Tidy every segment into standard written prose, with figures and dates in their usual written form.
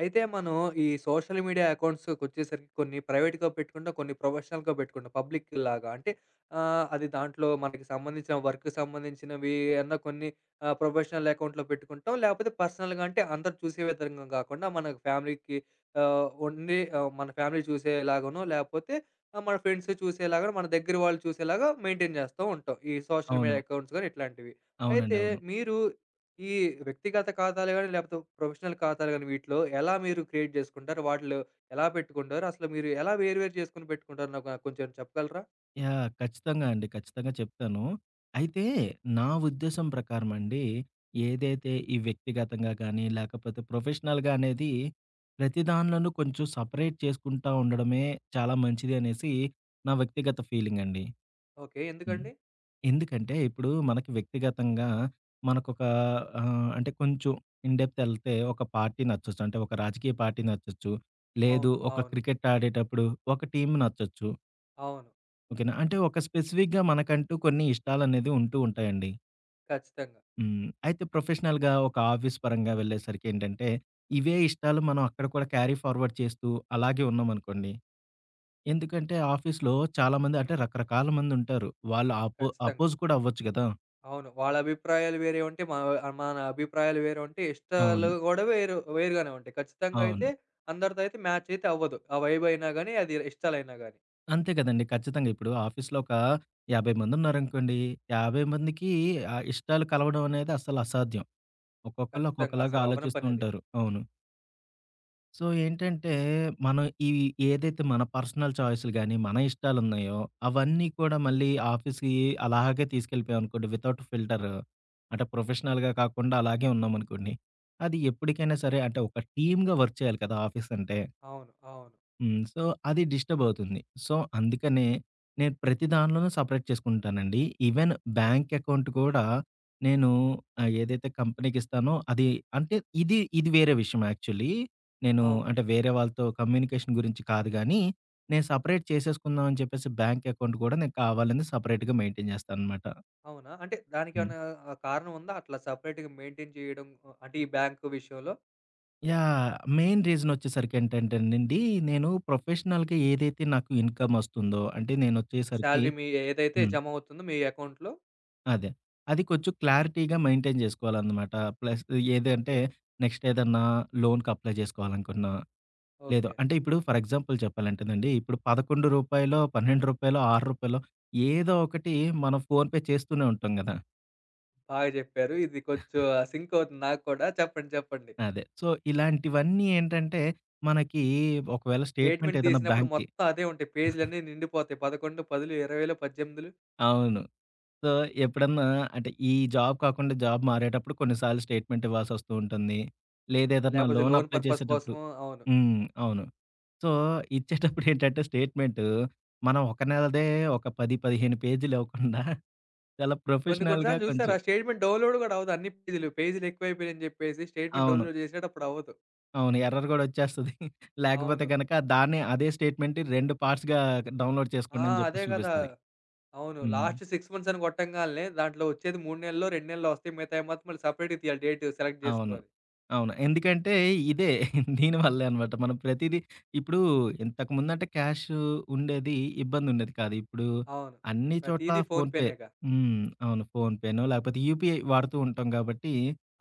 అయితే మనం ఈ సోషల్ మీడియా అకౌంట్స్‌కొచ్చేసరికి కొన్ని ప్రైవేట్‌గా పెట్టుకుంటాం. కొన్ని ప్రొఫెషనల్‌గా పెట్టుకుంటాం. పబ్లిక్‌లాగా అంటే అది దాంట్లో మనకి సంబంధించిన వర్క్‌కి సంబంధించినవి అన్న కొన్ని ప్రొఫెషనల్ అకౌంట్‌లో పెట్టుకుంటాం. లేకపోతే పర్సనల్‌గా అంటే అందరూ చూసే విధంగా కాకుండా మన ఫ్యామిలీకి ఉండి మన ఫ్యామిలీ చూసేలాగానో లేకపోతే మన ఫ్రెండ్స్ చూసేలాగానో, మన దగ్గర వాళ్ళు చూసేలాగా మెయింటైన్ చేస్తూ ఉంటాం. ఈ సోషల్ అవును. మీడియా అకౌంట్స్ గాని ఇట్లాంటివి. అవునండి. అయితే అవును. మీరు ఈ వ్యక్తిగత ఖాతాలు గాని, లేపోతే ప్రొఫెషనల్ ఖాతాలు గాని వీటిలో ఎలా మీరు క్రియేట్ చేసుకుంటారు? వాటిలో ఎలా పెట్టుకుంటారు? అసలు మీరు ఎలా వేరు వేరు చేసుకొని పెట్టుకుంటారు? నాకు నాకు కొంచెం చెప్పగలరా? యాహ్! ఖచ్చితంగా అండి. ఖచ్చితంగా చెప్తాను. అయితే నా ఉద్దేశం ప్రకారం అండి, ఏదైతే ఈ వ్యక్తిగతంగా గానీ, లేకపోతే ప్రొఫెషనల్‌గా అనేది ప్రతి దానిలోనూ కొంచెం సెపరేట్ చేసుకుంటా ఉండడమే చాలా మంచిది అనేసి నా వ్యక్తిగత ఫీలింగ్ అండి. ఓకే. హ్మ్. ఎందుకండి? ఎందుకంటే ఇప్పుడు మనకి వ్యక్తిగతంగా మనకొక అంటే కొంచెం ఇన్ డెప్త్ ఎళ్తే ఒక పార్టీ నచ్చొచ్చు. అంటే ఒక రాజకీయ పార్టీ నచ్చొచ్చు. లేదు, అవును. ఒక అవును. క్రికెట్ ఆడేటప్పుడు ఒక టీమ్ నచ్చొచ్చు. అవును. ఓకేనా. అంటే ఒక స్పెసిఫిక్‌గా మనకంటూ కొన్ని ఇష్టాలనేది ఉంటూ ఉంటాయండి. ఖచ్చితంగా. హ్మ్. అయితే ప్రొఫెషనల్‌గా ఒక ఆఫీస్ పరంగా వెళ్ళేసరికేంటంటే, ఇవే ఇష్టాలు మనం అక్కడ కూడా క్యారీ ఫార్వర్డ్ చేస్తూ అలాగే ఉన్నామనుకోండి. ఎందుకంటే ఆఫీస్‌లో చాలామంది, అంటే రకరకాల మందుంటారు. వాళ్ళు ఖచ్చితంగా. అపోజ్ కూడా అవ్వచ్చు గదా! అవును. వాళ్ళ అభిప్రాయాలు వేరే ఉంటే, మన మన అభిప్రాయాలు వేరే ఉంటే, ఇష్టాలు అవును. గూడా వేరు వేరుగానే ఉంటాయి. ఖచ్చితంగా అయితే అవును. అందరితో అయితే మ్యాచ్ అయితే అవ్వదు. ఆ వైబ్ అయినా గాని, అది ఇష్టాలైనా గాని. అంతే గదండీ. ఖచ్చితంగా ఇప్పుడు ఆఫీస్‌లో ఒక 50 మందున్నారనుకోండి, 50 మందికి ఇష్టాలు కలవడం అనేది అస్సలు అసాధ్యం. ఒక్కొక్కళ్ళు ఖచ్చితంగా. ఒక్కొక్కలాగా అసలు అవ్వని ఆలోచిస్తూ పనది. ఉంటారు. అవును. సో, ఏంటంటే, మనం ఇవి ఏదైతే మన పర్సనల్ చాయిస్‌లు గాని, మన ఇష్టాలున్నాయో, అవన్నీ కూడా మళ్ళీ ఆఫీస్‌కి అలాగే తీసుకెళ్ళిపోయామనుకోండి వితౌట్ ఫిల్టర్. అంటే, ప్రొఫెషనల్‌గా కాకుండా అలాగే ఉన్నామనుకోండి, అది ఎప్పటికైనా సరే అంటే, ఒక టీమ్‌గా వర్క్ చేయాలి కదా! ఆఫీస్ అంటే. అవును. అవును. హ్మ్. సో, అది డిస్టర్బవుతుంది. సో, అందుకనే నేను ప్రతి దానిలోనూ సెపరేట్ చేసుకుంటానండి. ఈవెన్ ఓహ్! బ్యాంక్ అకౌంట్ కూడా నేను ఏదైతే కంపెనీకిస్తానో అది అంటే ఇది ఇది వేరే విషయం యాక్చువల్లీ. నేను అవును. అంటే వేరే వాళ్ళతో కమ్యూనికేషన్ గురించి కాదు గానీ, నేను సెపరేట్ చేసేసుకుందాం అని చెప్పేసి బ్యాంక్ అకౌంట్ కూడా నేను కావాలని సెపరేట్‌గా మెయింటైన్ చేస్తాననమాట. అవునా? అంటే హ్మ్. దానికేమన్నా కారణం ఉందా? అట్లా సెపరేట్‌గా మెయింటైన్ చేయడం అంటే ఈ బ్యాంకు విషయంలో యాహ్! మెయిన్ రీజనొచ్చేసరికేంటంటేనండి, నేను ప్రొఫెషనల్‌గా ఏదైతే నాకు ఇన్‌కమ్ ఒస్తుందో అంటే నేనొచ్చేసరికి శాలరీ మీ ఏదైతే హ్మ్. జమ అవుతుందో మీ అకౌంట్‌లో అదే. అది కొంచెం క్లారిటీగా మెయింటైన్ జేసుకోవాలనమాట. ప్లస్ ఏదంటే ఓకే. నెక్స్ట్ ఏదన్నా లోన్‌కి అప్లై జేసుకోవాలనుకున్నా, లేదు ఓకే. అంటే ఇప్పుడు ఫర్ ఎగ్జాంపుల్ చెప్పాలంటేనండి, ఇప్పుడు రూ. 11, రూ. 12, రూ. 6 ఏదో ఒకటి మనం ఫోన్‌పే చేస్తూనే ఉంటాం గదా! బాగా చెప్పారు. ఇది కొంచెం సింక్ అవుతుంది నాకు కూడా. చెప్పండి. చెప్పండి. అదే. సో, ఇలాంటివన్నీ ఏంటంటే మనకి ఒకవేళ స్టేట్‌మెంట్ స్టేట్‌మెంట్ ఏదైనా తీసినప్పుడు బ్యాంక్‌కి మొత్తం అదే ఉంటాయి. పేజీలన్నీ నిండిపోతాయి. 11, 10, 20, 18 అవును. సో, ఎప్పుడన్నా అంటే ఈ జాబ్ కాకుండా జాబ్ మారేటప్పుడు కొన్నిసార్లు స్టేట్‌మెంట్ ఇవ్వాల్సొస్తూ ఉంటుంది. లేదేదన్నా లేకపోతే లోన్ లోన్ అప్లై పర్పస్ చేసేటప్పుడు కోసం అవును. హ్మ్. అవును. సో, ఇచ్చేటప్పుడు ఏంటంటే స్టేట్‌మెంటు మనం ఒక నెలదే ఒక 10, 15 పేజీలు ఇవ్వకుండా చాలా కొన్ని కొన్ని ప్రొఫెషనల్‌గా సార్లు చూసారా కొంచెం స్టేట్‌మెంట్ డౌన్‌లోడ్ కూడా అవ్వదు. అన్ని పేజీలు, పేజీలు ఎక్కువైపోయాయని చెప్పేసి స్టేట్‌మెంట్ అవును. డౌన్‌లోడ్ చేసేటప్పుడు అవ్వదు. అవును. ఎర్రర్ గూడా వచ్చేస్తది. లేకపోతే అవును. గనక దాన్నే అదే స్టేట్‌మెంట్ 2 పార్ట్స్‌గా డౌన్‌లోడ్ చేసుకోండి ఆ! అని అదే జెప్పేసి కదా! చూపిస్తది. అవును. హ్మ్. లాస్ట్ 6 మంత్స్ అని కొట్టంగాల్నే దాంట్లో వచ్చేది 3 నెలల్లో, 2 నెలల్లో వస్తాయి. మిగతాయి మొత్తం మళ్ళీ సెపరేట్‌గా తీయాలి డేట్ సెలెక్ట్ అవును. జేసుకోవాలి. అవును. ఎందుకంటే ఇదే దీనివల్లే అనమాట. మనం ప్రతీదీ ఇప్పుడు ఇంతకుముందంటే క్యాష్ ఉండేది. ఇబ్బందుండేది కాదు. ఇప్పుడు అవును. అన్ని చోట్ల ప్రతీదీ ఫోన్‌పే ఫోన్‌పేనేగా. హ్మ్. అవును. ఫోన్‌పేనో లేకపోతే యూపీఐ వాడుతూ ఉంటాం గాబట్టి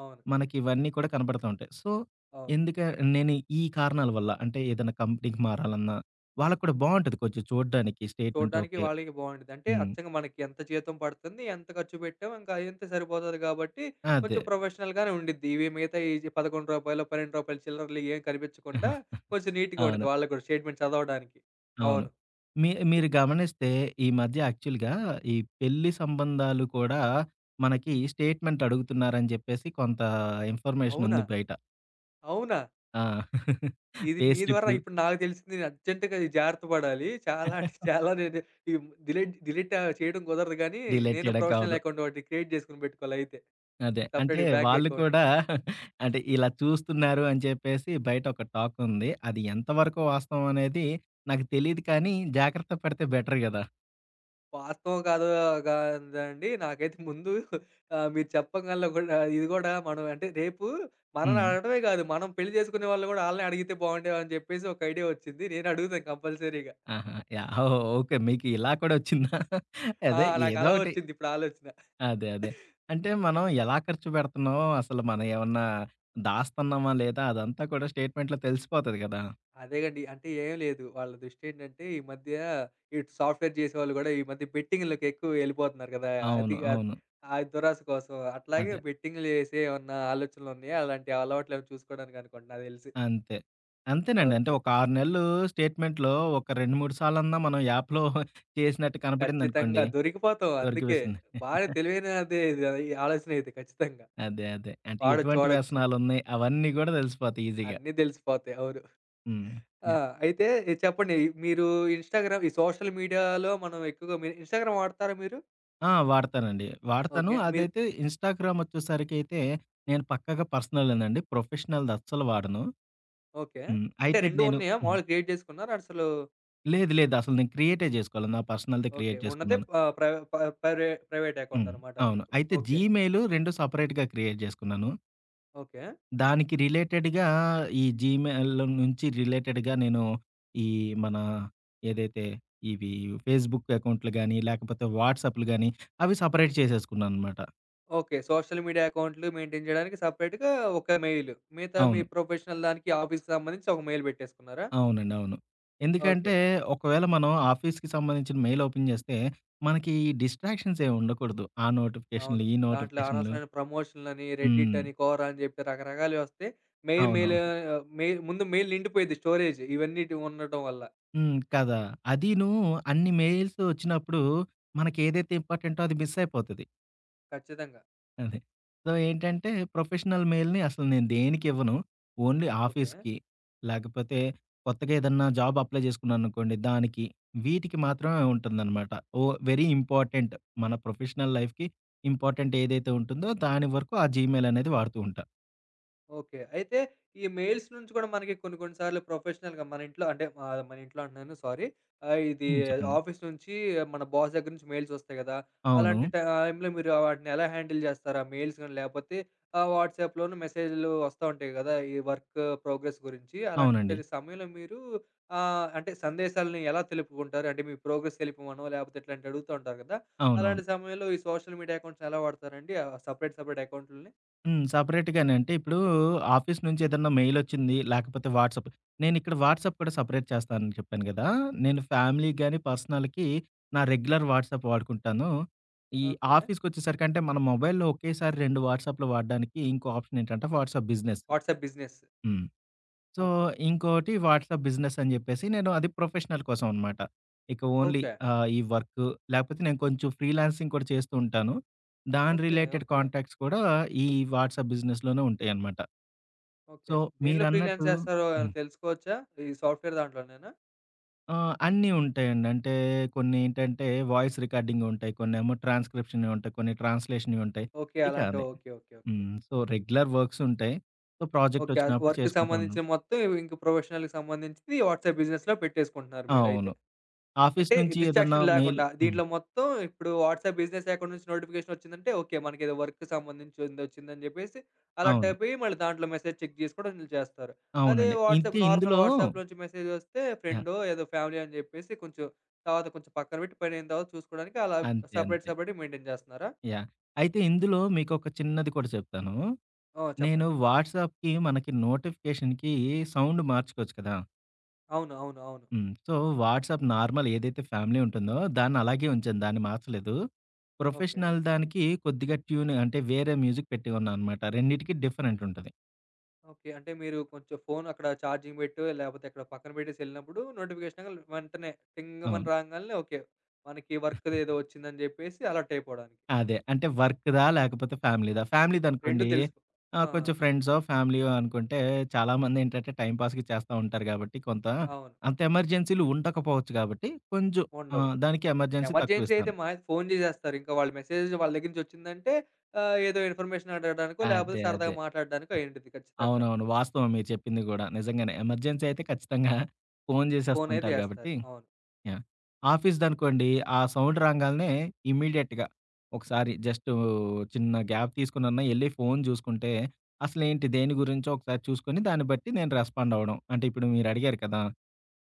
అవును. మనకి ఇవన్నీ కూడా కనపడతా ఉంటాయి. సో, అవును. ఎందుక నేను ఈ కారణాల వల్ల అంటే ఏదైనా కంపెనీకి మారాలన్నా, వాళ్ళకి కూడా బావుంటది కొంచెం చూడ్డానికి స్టేట్‌మెంట్ చూడడానికి ఓకే. వాళ్ళకి బావుండిద్ది. అంటే హ్మ్. అచ్చంగా మనకి ఎంత జీతం పడుతుంది, ఎంత ఖర్చు పెట్టాం, ఇంకా అయింతే సరిపోతది కాబట్టి అదే. కొంచెం ప్రొఫెషనల్‌గానే ఉండిద్ది. ఇవి మిగతాయి ఈ రూ. 11, రూ. 12 చిల్లరలు ఏం కనిపించకుండా కొంచెం నీట్‌గా అవును. ఉండిద్ది వాళ్ళకి గూడా స్టేట్‌మెంట్ చదవడానికి. అవును. అవును. మీరు గమనిస్తే ఈ మధ్య యాక్చువల్‌గా ఈ పెళ్లి సంబంధాలు కూడా మనకి స్టేట్‌మెంట్ అడుగుతున్నారని చెప్పేసి కొంత ఇన్ఫర్మేషన్ అవునా? ఉంది బయట. అవునా? ఆ! ఇది పే మీ ద్వారా స్లిప్‌లు ఇప్పుడు నాకు తెలిసింది. నేను అర్జెంట్‌గా ఇది జాగ్రత్త పడాలి. చాలా అంటే చాలా నేను ఈ డిలీట్ డిలీట్ చేయడం కుదరదు గానీ, డిలీట్ నేను చేయడానికి ప్రొఫెషనల్ అవ్వదు. అకౌంట్ ఒకటి క్రియేట్ చేసుకొని పెట్టుకోవాలయితే. అదే. అంటే సెపరేట్‌గా బ్యాంక్ వాళ్ళు అకౌంట్. కూడా అంటే ఇలా చూస్తున్నారు అని చెప్పేసి బయట ఒక టాక్ ఉంది. అది ఎంతవరకు వాస్తవం అనేది నాకు తెలీదు కానీ జాగ్రత్త పడితే బెటర్ గదా! వాస్తవం కాదో కాదండి నాకైతే ముందు మీరు చెప్పగల కూడా ఇది కూడా మనం అంటే రేపు మనల్ని హ్మ్. అడగడమే కాదు. మనం పెళ్లి చేసుకునే వాళ్ళు కూడా ఆళ్ళనే అడిగితే బాగుండేమని చెప్పేసి ఒక ఐడియా వచ్చింది. నేను అడుగుతాను కంపల్సరీగా. ఆహా! యాహ్! ఓకే. మీకు ఇలా కూడా వచ్చిందా? ఆ! అదే నాకు ఏదో అలా ఒకటి. వచ్చింది ఇప్పుడు ఆలోచన. అదే. అదే. అంటే మనం ఓకే. ఎలా ఖర్చు పెడుతున్నామో అసలు మనం ఏమన్నా దాస్తున్నామా లేదా అదంతా కూడా స్టేట్‌మెంట్‌లో తెలిసిపోతది గదా! అదేగండి. అంటే ఏం లేదు. వాళ్ళ దృష్టేంటంటే ఈ మధ్య ఇటు సాఫ్ట్‌వేర్ జేసేవాళ్ళు గూడా ఈ మధ్య బెట్టింగ్‌లకి ఎక్కువ ఎళ్ళిపోతున్నారు గదా! అవును. అతిగా ఆ అవును. ఆ దురాశ కోసం. అట్లాగే అదే. బెట్టింగ్‌లు జేసే ఏమన్నా ఆలోచనలున్నాయా? అలాంటి అలవాట్లేమైనా చూసుకోవడానికి అనుకుంట నాకు దెలిసి. అంతే. అంతేనండి. అంటే ఓకే. ఒక 6 నెలలు స్టేట్‌మెంట్‌లో ఒక 2, 3 సార్లన్నా మనం యాప్‌లో చేసినట్టు ఖచ్చితంగా కనపడిందనుకోండి దొరికిపోతాం అందుకే. దొరికివేసింది. బాగా తెలివైనదే ఇది ఈ ఆలోచన ఇది ఖచ్చితంగా. అదే. అదే. అంటే వాడొచ్చు, ఎటువంటి వాడొచ్చు. వ్యసనాలున్నాయి అవన్నీ గూడా తెలిసిపోతాయి ఈజీగా. అన్నీ దెలిసిపోతాయి. అవును. హ్మ్. ఆ! యాహ్! అయితే ఇది చెప్పండి మీరు ఇన్‌స్టాగ్రామ్ ఈ సోషల్ మీడియాలో మనం ఎక్కువగా మీరు ఇన్‌స్టాగ్రామ్ వాడతారా మీరు? ఆ! వాడతానండి. వాడతాను. ఓకే. మీరు అదైతే ఇన్‌స్టాగ్రామ్ వచ్చేసరికైతే నేను పక్కాగా పర్సనలేనండి. ప్రొఫెషనల్‌ది అస్సలు వాడను. ఓకే. హ్మ్. అంటే అయితే 2 నేను ఉన్నాయా? హ్మ్. మాములుగా క్రియేట్ చేసుకున్నారా? అసలు లేదు. లేదు. అసలు నేను క్రియేటే చేసుకోవాలి. నా పర్సనల్‌ది ఓకే. క్రియేట్ ఉన్నదే చేసుకున్నాను. ప్రైవ ప ప్రైవే ప్రైవేట్ అకౌంట్ హ్మ్. అనమాట అవును. మీకు. అయితే ఓకే. జీమెయిల్ 2 సెపరేట్‌గా క్రియేట్ చేసుకున్నాను. ఓకే. దానికి రిలేటెడ్‌గా ఈ జీమెయిల్ నుంచి రిలేటెడ్‌గా నేను ఈ మన ఏదైతే ఇవి ఫేస్‌బుక్ అకౌంట్లు గాని, లేకపోతే వాట్సాప్‌లు గాని అవి సెపరేట్ చేసేసుకున్నాననమాట. ఓకే. సోషల్ మీడియా అకౌంట్లు మెయింటైన్ చేయడానికి సెపరేట్‌గా ఒక మెయిల్. మిగతా మీ అవును. ప్రొఫెషనల్ దానికి ఆఫీస్‌కి సంబంధించి ఒక మెయిల్ పెట్టేసుకున్నారా? అవునండి. అవును. ఓకే. ఎందుకంటే ఒకవేళ మనం ఆఫీస్‌కి సంబంధించిన మెయిల్ ఓపెన్ చేస్తే మనకి డిస్ట్రాక్షన్స్ ఏమి ఉండకూడదు. ఆ నోటిఫికేషన్‌లు, అవును. ఈ దాంట్లో నోటిఫికేషన్‌లు. అనవసరమైన ప్రమోషన్‌లని, రెడ్డిట్ హ్మ్. అని, కోరా అని చెప్పి రకరకాలవి వస్తాయి. మెయిన్ మెయిల్ అవునవును. ఆహ్, మెయిల్ ముందు మెయిల్ నిండిపోయిద్ది స్టోరేజ్ ఇవన్నీటివి ఉండటం వల్ల. హ్మ్. కదా! అదీను అన్ని మెయిల్స్ వచ్చినప్పుడు మనకి ఏదైతే ఇంపార్టెంటో అది మిస్ అయిపోతది. ఖచ్చితంగా. అదే. సో, ఏంటంటే ప్రొఫెషనల్ మెయిల్‌ని అసలు నేను దేనికివ్వను. Only okay. ఆఫీస్‌కి, లేకపోతే కొత్తగా ఏదన్నా జాబ్ అప్లై చేసుకున్నాననుకోండి దానికి, వీటికి మాత్రమే ఉంటుందనమాట. ఓ వెరీ ఇంపార్టెంట్ మన ప్రొఫెషనల్ లైఫ్‌కి ఇంపార్టెంట్ ఏదైతే ఉంటుందో దాని వరకు ఆ జీమెయిల్ అనేది వాడుతూ ఉంటా. ఓకే. అయితే ఈ మెయిల్స్ నుంచి కూడా మనకి కొన్ని కొన్ని సార్లు ప్రొఫెషనల్‌గా మన ఇంట్లో అంటే మన ఇంట్లో అంటున్నాను సారీ. ఇది హ్మ్. చెప్పండి. ఆఫీస్ నుంచి మన బాస్ దగ్గర నుంచి మెయిల్స్ వస్తాయి గదా! అవును. అలాంటి టైంలో మీరు వాటిని ఎలా హ్యాండిల్ జేస్తారు? ఆ మెయిల్స్ గాని లేపోతే వాట్సాప్‌లోను మెసేజ్‌లు వస్తా ఉంటాయి గదా! ఈ వర్క్ ప్రోగ్రెస్ గురించి. అవునండి. అలాంటి సమయంలో మీరు అంటే సందేశాలను ఎలా తెలుపుకుంటారు? అంటే మీ ప్రోగ్రెస్ తెలిపమనో లేపోతే ఇట్లాంటివి అడుగుతా ఉంటారు గదా! అవునవును. అలాంటి సమయంలో ఈ సోషల్ మీడియా అకౌంట్స్‌ని ఎలా వాడతారండి? ఆ సెపరేట్ సెపరేట్ అకౌంట్‌లని? హ్మ్. సెపరేట్‌గానే. అంటే ఇప్పుడు ఆఫీస్ నుంచి ఏదన్నా మెయిలొచ్చింది, లేకపోతే వాట్సాప్ నేనిక్కడ వాట్సాప్ కూడా సెపరేట్ చేస్తానని చెప్పాను గదా! నేను ఫ్యామిలీకి గాని, పర్సనల్‌కి నా రెగ్యులర్ వాట్సాప్ వాడుకుంటాను. ఈ ఓకే. ఆఫీస్‌కొచ్చేసరికంటే మన మొబైల్‌లో ఒకేసారి 2 వాట్సాప్‌లు వాడడానికి ఇంకో ఆప్షన్ ఏంటంటే వాట్సాప్ బిజినెస్. WhatsApp business. హ్మ్. So, okay. ఇంకోటి వాట్సాప్ బిజినెస్ అని జెప్పేసి నేను అది ప్రొఫెషనల్ కోసం అనమాట. ఇక ఓన్లీ ఓకే. ఈ వర్కు లేకపోతే నేను కొంచెం ఫ్రీలాన్సింగ్ కూడా చేస్తూ ఉంటాను. దాని ఓకే. Related okay. కాంటాక్ట్స్ కూడా ఈ వాట్సాప్ బిజినెస్‌లోనే ఉంటాయనమాట. ఓకే. సో, దేంట్లో ఫ్రీలాన్స్ మీరన్నట్టు చేస్తారో ఏమైనా హ్మ్. తెలుసుకోవచ్చా? ఈ సాఫ్ట్‌వేర్ దాంట్లోనేనా? అన్నీ ఉంటాయండి. అంటే కొన్ని ఏంటంటే వాయిస్ రికార్డింగుంటాయి, కొన్నేమో ట్రాన్స్‌క్రిప్షన్‌వి ఉంటాయి, కొన్ని ట్రాన్స్‌లేషన్‌వి ఉంటాయి. ఓకే. ఇక అలాంటి అదే. ఓకే. ఓకే. ఓకే. హ్మ్. సో, రెగ్యులర్ వర్క్స్ ఉంటాయి. So, project okay. అది ఒచ్చినప్పుడు వర్క్‌కి చేసుకుంటా ఉన్నాను. సంబంధించిన మొత్తం ఇంక ప్రొఫెషనల్‌కి సంబంధించింది వాట్సాప్ బిజినెస్‌లో పెట్టేసుకుంటున్నారు ఆ! మీరైతే. అవును. ఆఫీస్ అంటే నుంచి ఏదన్నా డిస్ట్రాక్షన్ మెయిల్ లేకుండా హ్మ్. దీంట్లో మొత్తం ఇప్పుడు వాట్సాప్ బిజినెస్ అకౌంట్ నుంచి నోటిఫికేషన్ వచ్చిందంటే ఓకే మనకి ఏదో వర్క్ సంబంధించింది వచ్చిందని చెప్పేసి అలర్ట్ అవును. అయిపోయి మళ్ళీ దాంట్లో మెసేజ్ చెక్ చేసుకోవడం వీళ్ళు చేస్తారు. అదే అవునండి. ఇంతే వాట్సాప్ నార్మల్ ఇందులో వాట్సాప్ నుంచి మెసేజ్ వస్తే యాహ్! ఫ్రెండ్ ఏదో ఫ్యామిలీ అని చెప్పేసి కొంచెం తర్వాత కొంచెం పక్కన పెట్టి పని అయిన తర్వాత చూసుకోవడానికి అలా అంతే. సపరేట్ అంతే. సపరేట్ మెయింటైన్ చేస్తున్నారా? యాహ్! అయితే ఇందులో మీకొక చిన్నది కూడా చెప్తాను. ఓ, నేను చెప్పండి. వాట్సాప్‌కి మనకి నోటిఫికేషన్‌కి సౌండ్ మార్చుకోవచ్చు కదా! అవును, అవును, అవును. హ్మ్. సో, వాట్సాప్ నార్మల్ ఏదైతే ఫ్యామిలీ ఉంటుందో దాన్ని అలాగే ఉంచాను. దాన్ని మార్చలేదు. ఓకే. ప్రొఫెషనల్ దానికి కొద్దిగా ట్యూన్ అంటే వేరే మ్యూజిక్ పెట్టి ఉన్నాననమాట. రెండిటికి డిఫరెంట్ ఉంటది. ఓకే. అంటే మీరు కొంచెం ఫోన్ అక్కడ ఛార్జింగ్ పెట్టో, లేపోతే ఎక్కడో పక్కన పెట్టేసెళ్ళినప్పుడు నోటిఫికేషన్ రాంగాల్నే వెంటనే అవును. టింగమని రాంగాల్నే ఓకే. మనకి వర్క్‌దేదో ఒచ్చిందని జెప్పేసి అలర్ట్ అయిపోడానికి. అదే. అంటే వర్క్‌దా? లేకపోతే ఫ్యామిలీదా? 2 ఫ్యామిలీదనుకోండి తెలిసిపో ఆ! కొంచెం ఫ్రెండ్సో, ఫ్యామిలీయో అనుకుంటే చాలామందేంటంటే టైమ్ పాస్‌కి చేస్తా ఉంటారు గాబట్టి కొంత అవును. అంత ఎమర్జెన్సీలు ఉండకపోవచ్చు గాబట్టి కొంచెం ఉండవు. దానికి ఎమర్జెన్సీ ఎమర్జెన్సీ అయితే తక్కువిస్తాను. మహా అయితే ఫోన్ జేసేస్తారు. ఇంకా వాళ్ళ మెసేజ్ వాళ్ళ దగ్గర నుంచి ఒచ్చిందంటే ఏదో ఇన్ఫర్మేషన్ అడగడానికో, లేపోతే అదే. సరదాగా అదే. మాట్లాడడానికో అయ్యుండిద్ది ఖచ్చితంగా. అవునవును. వాస్తవం మీరు చెప్పింది గూడా. నిజంగానే ఎమర్జెన్సీ అయితే ఖచ్చితంగా ఫోను ఫోనయితే జేసేస్తుంటారు గాబట్టి జేస్తారు. అవును. యాహ్! ఆఫీస్‌దనుకోండి, ఆ సౌండ్ రాంగాల్నే ఇమ్మీడియేట్‌గా ఒకసారి జస్టు చిన్న గ్యాప్ తీసుకొనన్నా ఎళ్లి ఫోను జూసుకుంటే, అసలేంటి దేని గురించో ఒకసారి చూసుకొని, దాన్ని బట్టి నేను రెస్పాండ్ అవ్వడం. అంటే ఇప్పుడు మీరడిగారు కదా!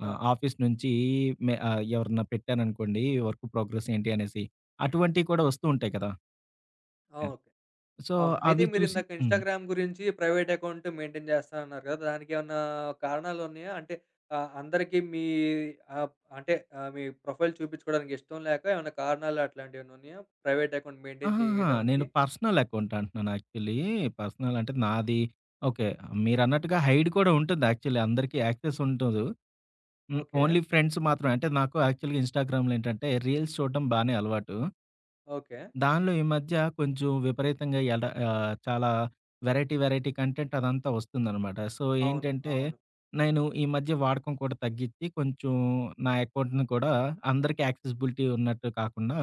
ఆ! ఆఫీస్ నుంచి ఎవరన్నా పెట్టారనుకోండి వర్క్ ప్రోగ్రెస్ ఏంటి అనేసి, అటువంటియి కూడా వస్తూ ఉంటాయి కదా! ఆ! యాహ్! ఓకే. సో, అవును. అయితే అవి చూసి మీరిందాక హ్మ్. ఇన్‌స్టాగ్రామ్ గురించి ప్రైవేట్ అకౌంట్ మెయింటైన్ చేస్తానన్నారు కదా! దానికేమన్నా కారణాలున్నాయా? అంటే అందరికీ మీ ఆహ్, అంటే మీ ప్రొఫైల్ చూపించుకోవడానికి ఇష్టం లేక ఏమన్నా కారణాలు అట్లాంటియేమన్నా ఉన్నాయా? ప్రైవేట్ అకౌంట్ మెయింటైన్ అహాహా! చేయడానికి? నేను పర్సనల్ అకౌంట్ అంటున్నాను యాక్చువల్లీ. పర్సనల్ అంటే నాది ఓకే. మీరన్నట్టుగా హైడ్ కూడా ఉంటుంది యాక్చువల్లీ, అందరికీ యాక్సెస్ ఉండదు. హ్మ్. ఓకే. ఓన్లీ ఫ్రెండ్స్ మాత్రమే. అంటే నాకు యాక్చువల్‌గా ఇన్‌స్టాగ్రామ్‌లో ఏంటంటే రీల్స్ చూడడం బానే అలవాటు. ఓకే. దానిలో ఈ మధ్య కొంచెం విపరీతంగా చాలా వెరైటీ, వెరైటీ కంటెంట్ అదంతా వస్తుందనమాట. సో, అవును. ఏంటంటే అవును. నేను ఈ మధ్య వాడకం కూడా తగ్గించి కొంచెం నా అకౌంట్‌ని కూడా అందరికి యాక్సెసిబిలిటీ ఉన్నట్టు కాకుండా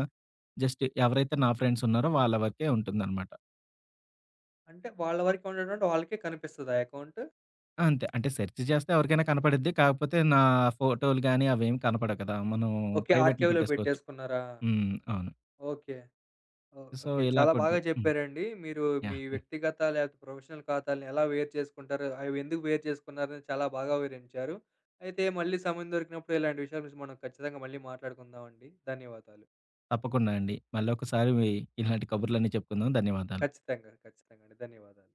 జస్ట్ ఎవరైతే నా ఫ్రెండ్స్ ఉన్నారో వాళ్ళ వరకే ఉంటుందనమాట. అంటే వాళ్ళ వరకే ఉండేటువంటి వాళ్ళకే కనిపిస్తదా అకౌంట్? అంతే. అంటే సెర్చ్ చేస్తే ఎవరికైనా కనపడిద్ది. కాకపోతే నా ఫోటోలు గాని అవేమి కనపడవు కదా! మనం ఓకే. ప్రైవేట్‌లో ఆర్‌కైవ్‌లో పెట్టేసుకోవచ్చు. పెట్టేసుకున్నారా? హ్మ్. అవును. ఓకే. ఓ. So, okay. ఇలా చాలా కొంచెం బాగా హ్మ్. చెప్పారండి. మీరు మీ యాహ్! యాహ్! వ్యక్తిగత లేకపోతే ప్రొఫెషనల్ ఖాతాలను ఎలా వేరు చేసుకుంటారు, అవి ఎందుకు వేరు చేసుకున్నారని చాలా బాగా వివరించారు. అయితే మళ్ళీ సమయం దొరికినప్పుడు ఇలాంటి విషయాల గురించి మనం ఖచ్చితంగా మళ్ళీ మాట్లాడుకుందామండి. ధన్యవాదాలు. తప్పకుండా అండి. మళ్ళొకసారి ఇలాంటి కబుర్లన్నీ చెప్పుకుందాం. ధన్యవాదాలు. ఖచ్చితంగా. ఖచ్చితంగా అండి. ధన్యవాదాలు.